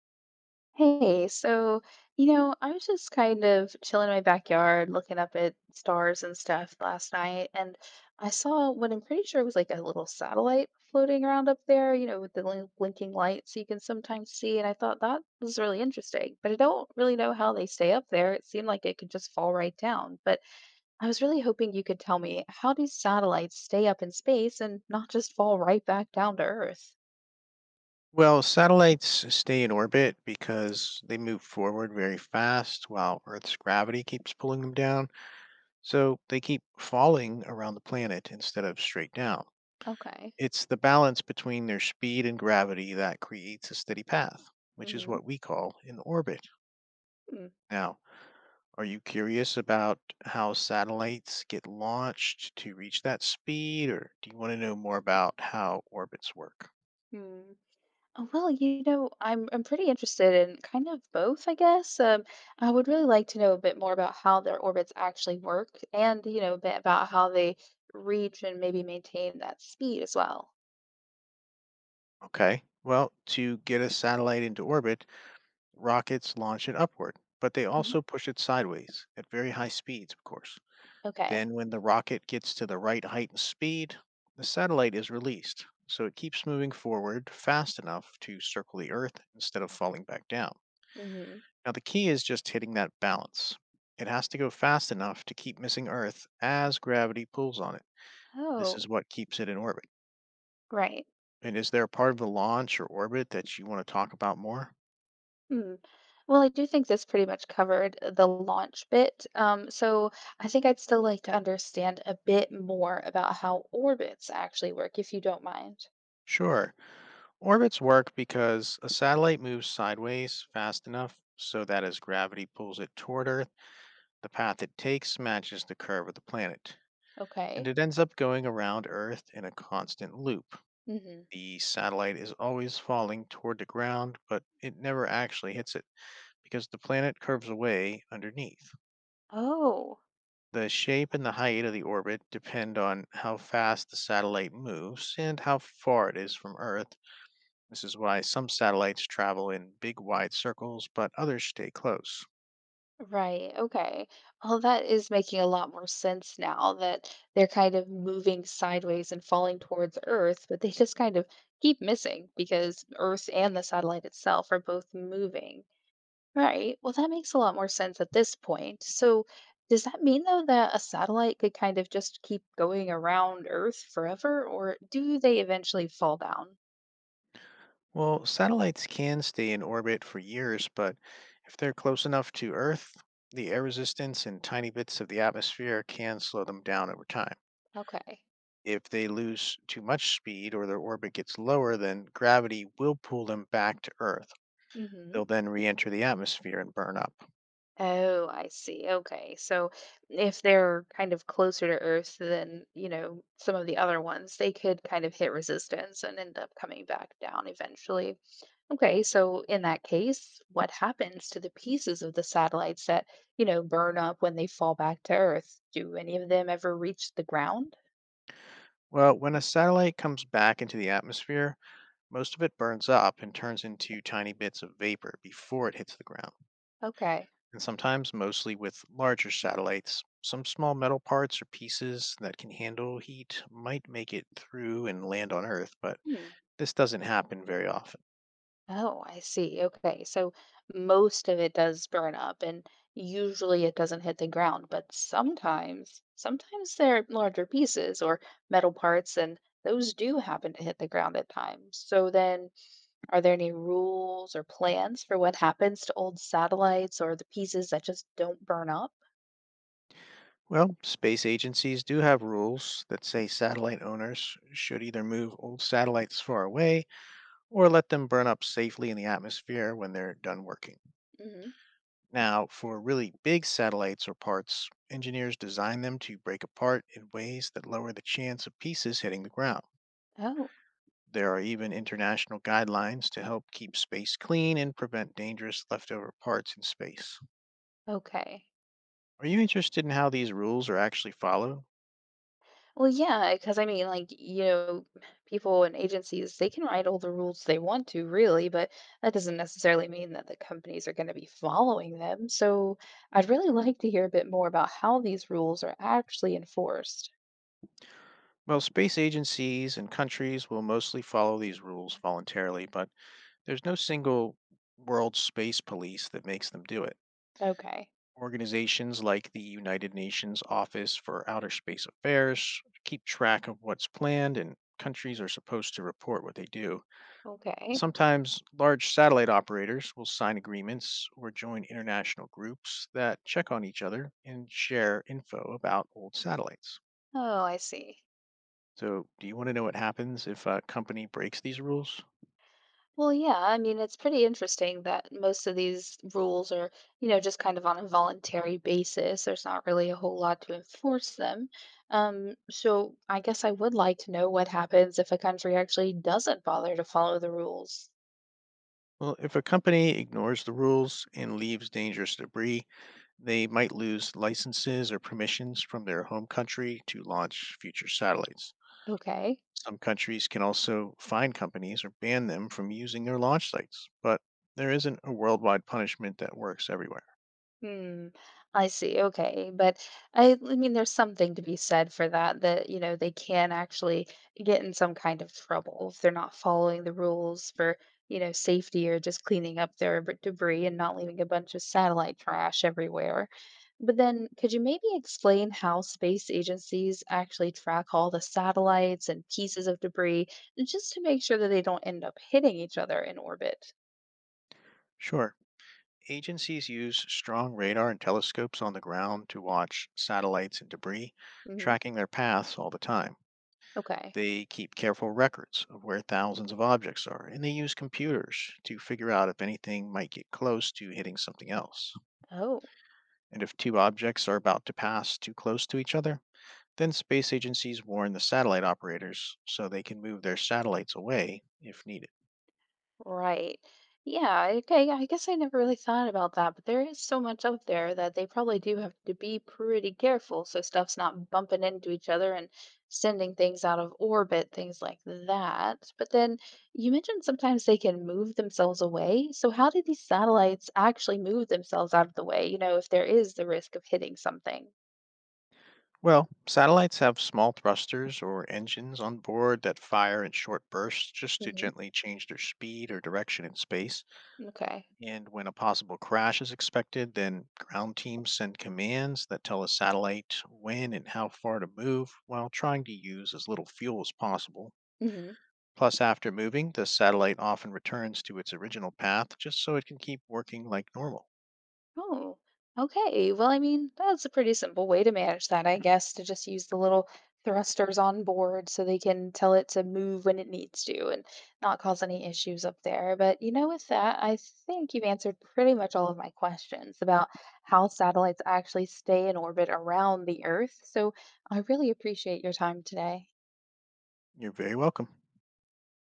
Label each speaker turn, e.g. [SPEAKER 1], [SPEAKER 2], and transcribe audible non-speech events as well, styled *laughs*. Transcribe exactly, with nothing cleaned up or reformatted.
[SPEAKER 1] Hey, so, you know, I was just kind of chilling in my backyard looking up at stars and stuff last night, and I saw what I'm pretty sure was like a little satellite floating around up there, you know, with the lin- blinking lights you can sometimes see. And I thought that was really interesting, but I don't really know how they stay up there. It seemed like it could just fall right down. But I was really hoping you could tell me, how do satellites stay up in space and not just fall right back down to Earth?
[SPEAKER 2] Well, satellites stay in orbit because they move forward very fast while Earth's gravity keeps pulling them down. So they keep falling around the planet instead of straight down.
[SPEAKER 1] Okay.
[SPEAKER 2] It's the balance between their speed and gravity that creates a steady path, which is
[SPEAKER 1] Mm-hmm.
[SPEAKER 2] what we call an orbit. Now, are you curious about how satellites get launched to reach that speed, or do you want to know more about how orbits work?
[SPEAKER 1] Uh, Well, you know, I'm I'm pretty interested in kind of both, I guess. Um, I would really like to know a bit more about how their orbits actually work and, you know, a bit about how they reach and maybe maintain that speed as well.
[SPEAKER 2] Okay, well, to get a satellite into orbit, rockets launch it upward, but they
[SPEAKER 1] Mhm.
[SPEAKER 2] also push it sideways at very high speeds, of course.
[SPEAKER 1] Okay.
[SPEAKER 2] Then, when the rocket gets to the right height and speed, the satellite is released, so it keeps moving forward fast enough to circle the Earth instead of falling back down.
[SPEAKER 1] Hmm.
[SPEAKER 2] Now, the key is just hitting that balance. It has to go fast enough to keep missing Earth as gravity pulls on it. This is
[SPEAKER 1] Oh,
[SPEAKER 2] what keeps it in orbit.
[SPEAKER 1] right.
[SPEAKER 2] And is there a part of the launch or orbit that you want to talk about more?
[SPEAKER 1] Hmm. Well, I do think this pretty much covered the launch bit. Um, so I think I'd still like to understand a bit more about how orbits actually work, if you don't mind.
[SPEAKER 2] Sure. Orbits work because a satellite moves sideways fast enough so that as gravity pulls it toward Earth, the path it takes matches the curve of the planet, and
[SPEAKER 1] Okay.
[SPEAKER 2] it ends up going around Earth in a constant loop.
[SPEAKER 1] Hmm.
[SPEAKER 2] The satellite is always falling toward the ground, but it never actually hits it because the planet curves away underneath.
[SPEAKER 1] Oh.
[SPEAKER 2] The shape and the height of the orbit depend on how fast the satellite moves and how far it is from Earth. This is why some satellites travel in big wide circles, but others stay close.
[SPEAKER 1] Right. Okay. Well, that is making a lot more sense now that they're kind of moving sideways and falling towards Earth, but they just kind of keep missing because Earth and the satellite itself are both moving. Right. Well, that makes a lot more sense at this point. So, does that mean though that a satellite could kind of just keep going around Earth forever, or do they eventually fall down?
[SPEAKER 2] Well, satellites can stay in orbit for years, but if they're close enough to Earth, the air resistance and tiny bits of the atmosphere can slow them down over time.
[SPEAKER 1] Okay.
[SPEAKER 2] If they lose too much speed or their orbit gets lower, then gravity will pull them back to Earth.
[SPEAKER 1] Mm-hmm.
[SPEAKER 2] They'll then re-enter the atmosphere and burn up.
[SPEAKER 1] Oh, I see. Okay. So if they're kind of closer to Earth than, you know, some of the other ones, they could kind of hit resistance and end up coming back down eventually. Okay. So in that case, what happens to the pieces of the satellites that, you know, burn up when they fall back to Earth? Do any of them ever reach the ground?
[SPEAKER 2] Well, when a satellite comes back into the atmosphere, most of it burns up and turns into tiny bits of vapor before it hits the ground,
[SPEAKER 1] Okay.
[SPEAKER 2] and sometimes, mostly with larger satellites, some small metal parts or pieces that can handle heat might make it through and land on Earth, but
[SPEAKER 1] Hmm.
[SPEAKER 2] this doesn't happen very often.
[SPEAKER 1] Oh, I see. Okay. So most of it does burn up, and usually it doesn't hit the ground, but sometimes, sometimes there are larger pieces or metal parts, and those do happen to hit the ground at times. So then, are there any rules or plans for what happens to old satellites or the pieces that just don't burn up?
[SPEAKER 2] Well, space agencies do have rules that say satellite owners should either move old satellites far away or let them burn up safely in the atmosphere when they're done working.
[SPEAKER 1] Hmm.
[SPEAKER 2] Now, for really big satellites or parts, engineers design them to break apart in ways that lower the chance of pieces hitting the ground.
[SPEAKER 1] Oh,
[SPEAKER 2] There are even international guidelines to help keep space clean and prevent dangerous leftover parts in space.
[SPEAKER 1] okay.
[SPEAKER 2] Are you interested in how these rules are actually followed?
[SPEAKER 1] Well, yeah, because I mean, like, you know, people and agencies, they can write all the rules they want to, really, but that doesn't necessarily mean that the companies are going to be following them. So I'd really *laughs* like to hear a bit more about how these rules are actually enforced.
[SPEAKER 2] Well, space agencies and countries will mostly follow these rules voluntarily, but there's no single world space police that makes them do it.
[SPEAKER 1] Okay.
[SPEAKER 2] Organizations like the United Nations Office for Outer Space Affairs keep track of what's planned, and countries are supposed to report what they do.
[SPEAKER 1] Okay.
[SPEAKER 2] Sometimes large satellite operators will sign agreements or join international groups that check on each other and share info about old satellites.
[SPEAKER 1] Oh, I see.
[SPEAKER 2] So, do you want to know what happens if a company breaks these rules?
[SPEAKER 1] Well, yeah, I mean, it's pretty interesting that most of these rules are, you know, just kind of on a voluntary basis. There's not really a whole lot to enforce them. Um, so I guess I would like to know what happens if a country actually doesn't bother to follow the rules.
[SPEAKER 2] Well, if a company ignores the rules and leaves dangerous debris, they might lose licenses or permissions from their home country to launch future satellites.
[SPEAKER 1] Okay.
[SPEAKER 2] Some countries can also fine companies or ban them from using their launch sites, but there isn't a worldwide punishment that works everywhere.
[SPEAKER 1] Hmm. I see. Okay. But I, I mean, there's something to be said for that, that, you know, they can actually get in some kind of trouble if they're not following the rules for, you know, safety or just cleaning up their b- debris and not leaving a bunch of satellite trash everywhere. But then could you maybe explain how space agencies actually track all the satellites and pieces of debris just to make sure that they don't end up hitting each other in orbit?
[SPEAKER 2] Sure, agencies use strong radar and telescopes on the ground to watch satellites and debris,
[SPEAKER 1] Hmm.
[SPEAKER 2] tracking their paths all the time.
[SPEAKER 1] Okay.
[SPEAKER 2] They keep careful records of where thousands of objects are, and they use computers to figure out if anything might get close to hitting something else.
[SPEAKER 1] Oh.
[SPEAKER 2] And if two objects are about to pass too close to each other, then space agencies warn the satellite operators so they can move their satellites away if needed.
[SPEAKER 1] Right. Yeah, okay. I guess I never really thought about that, but there is so much out there that they probably do have to be pretty careful so stuff's not bumping into each other and sending things out of orbit, things like that. But then you mentioned sometimes they can move themselves away. So how do these satellites actually move themselves out of the way, you know, if there is the risk of hitting something?
[SPEAKER 2] Well, satellites have small thrusters or engines on board that fire in short bursts just to
[SPEAKER 1] Hmm.
[SPEAKER 2] gently change their speed or direction in space.
[SPEAKER 1] Okay.
[SPEAKER 2] And when a possible crash is expected, then ground teams send commands that tell a satellite when and how far to move while trying to use as little fuel as possible.
[SPEAKER 1] Hmm.
[SPEAKER 2] Plus, after moving, the satellite often returns to its original path just so it can keep working like normal.
[SPEAKER 1] Oh, okay. Well, I mean, that's a pretty simple way to manage that, I guess, to just use the little thrusters on board so they can tell it to move when it needs to and not cause any issues up there. But, you know, with that, I think you've answered pretty much all of my questions about how satellites actually stay in orbit around the Earth. So I really appreciate your time today.
[SPEAKER 2] You're very welcome.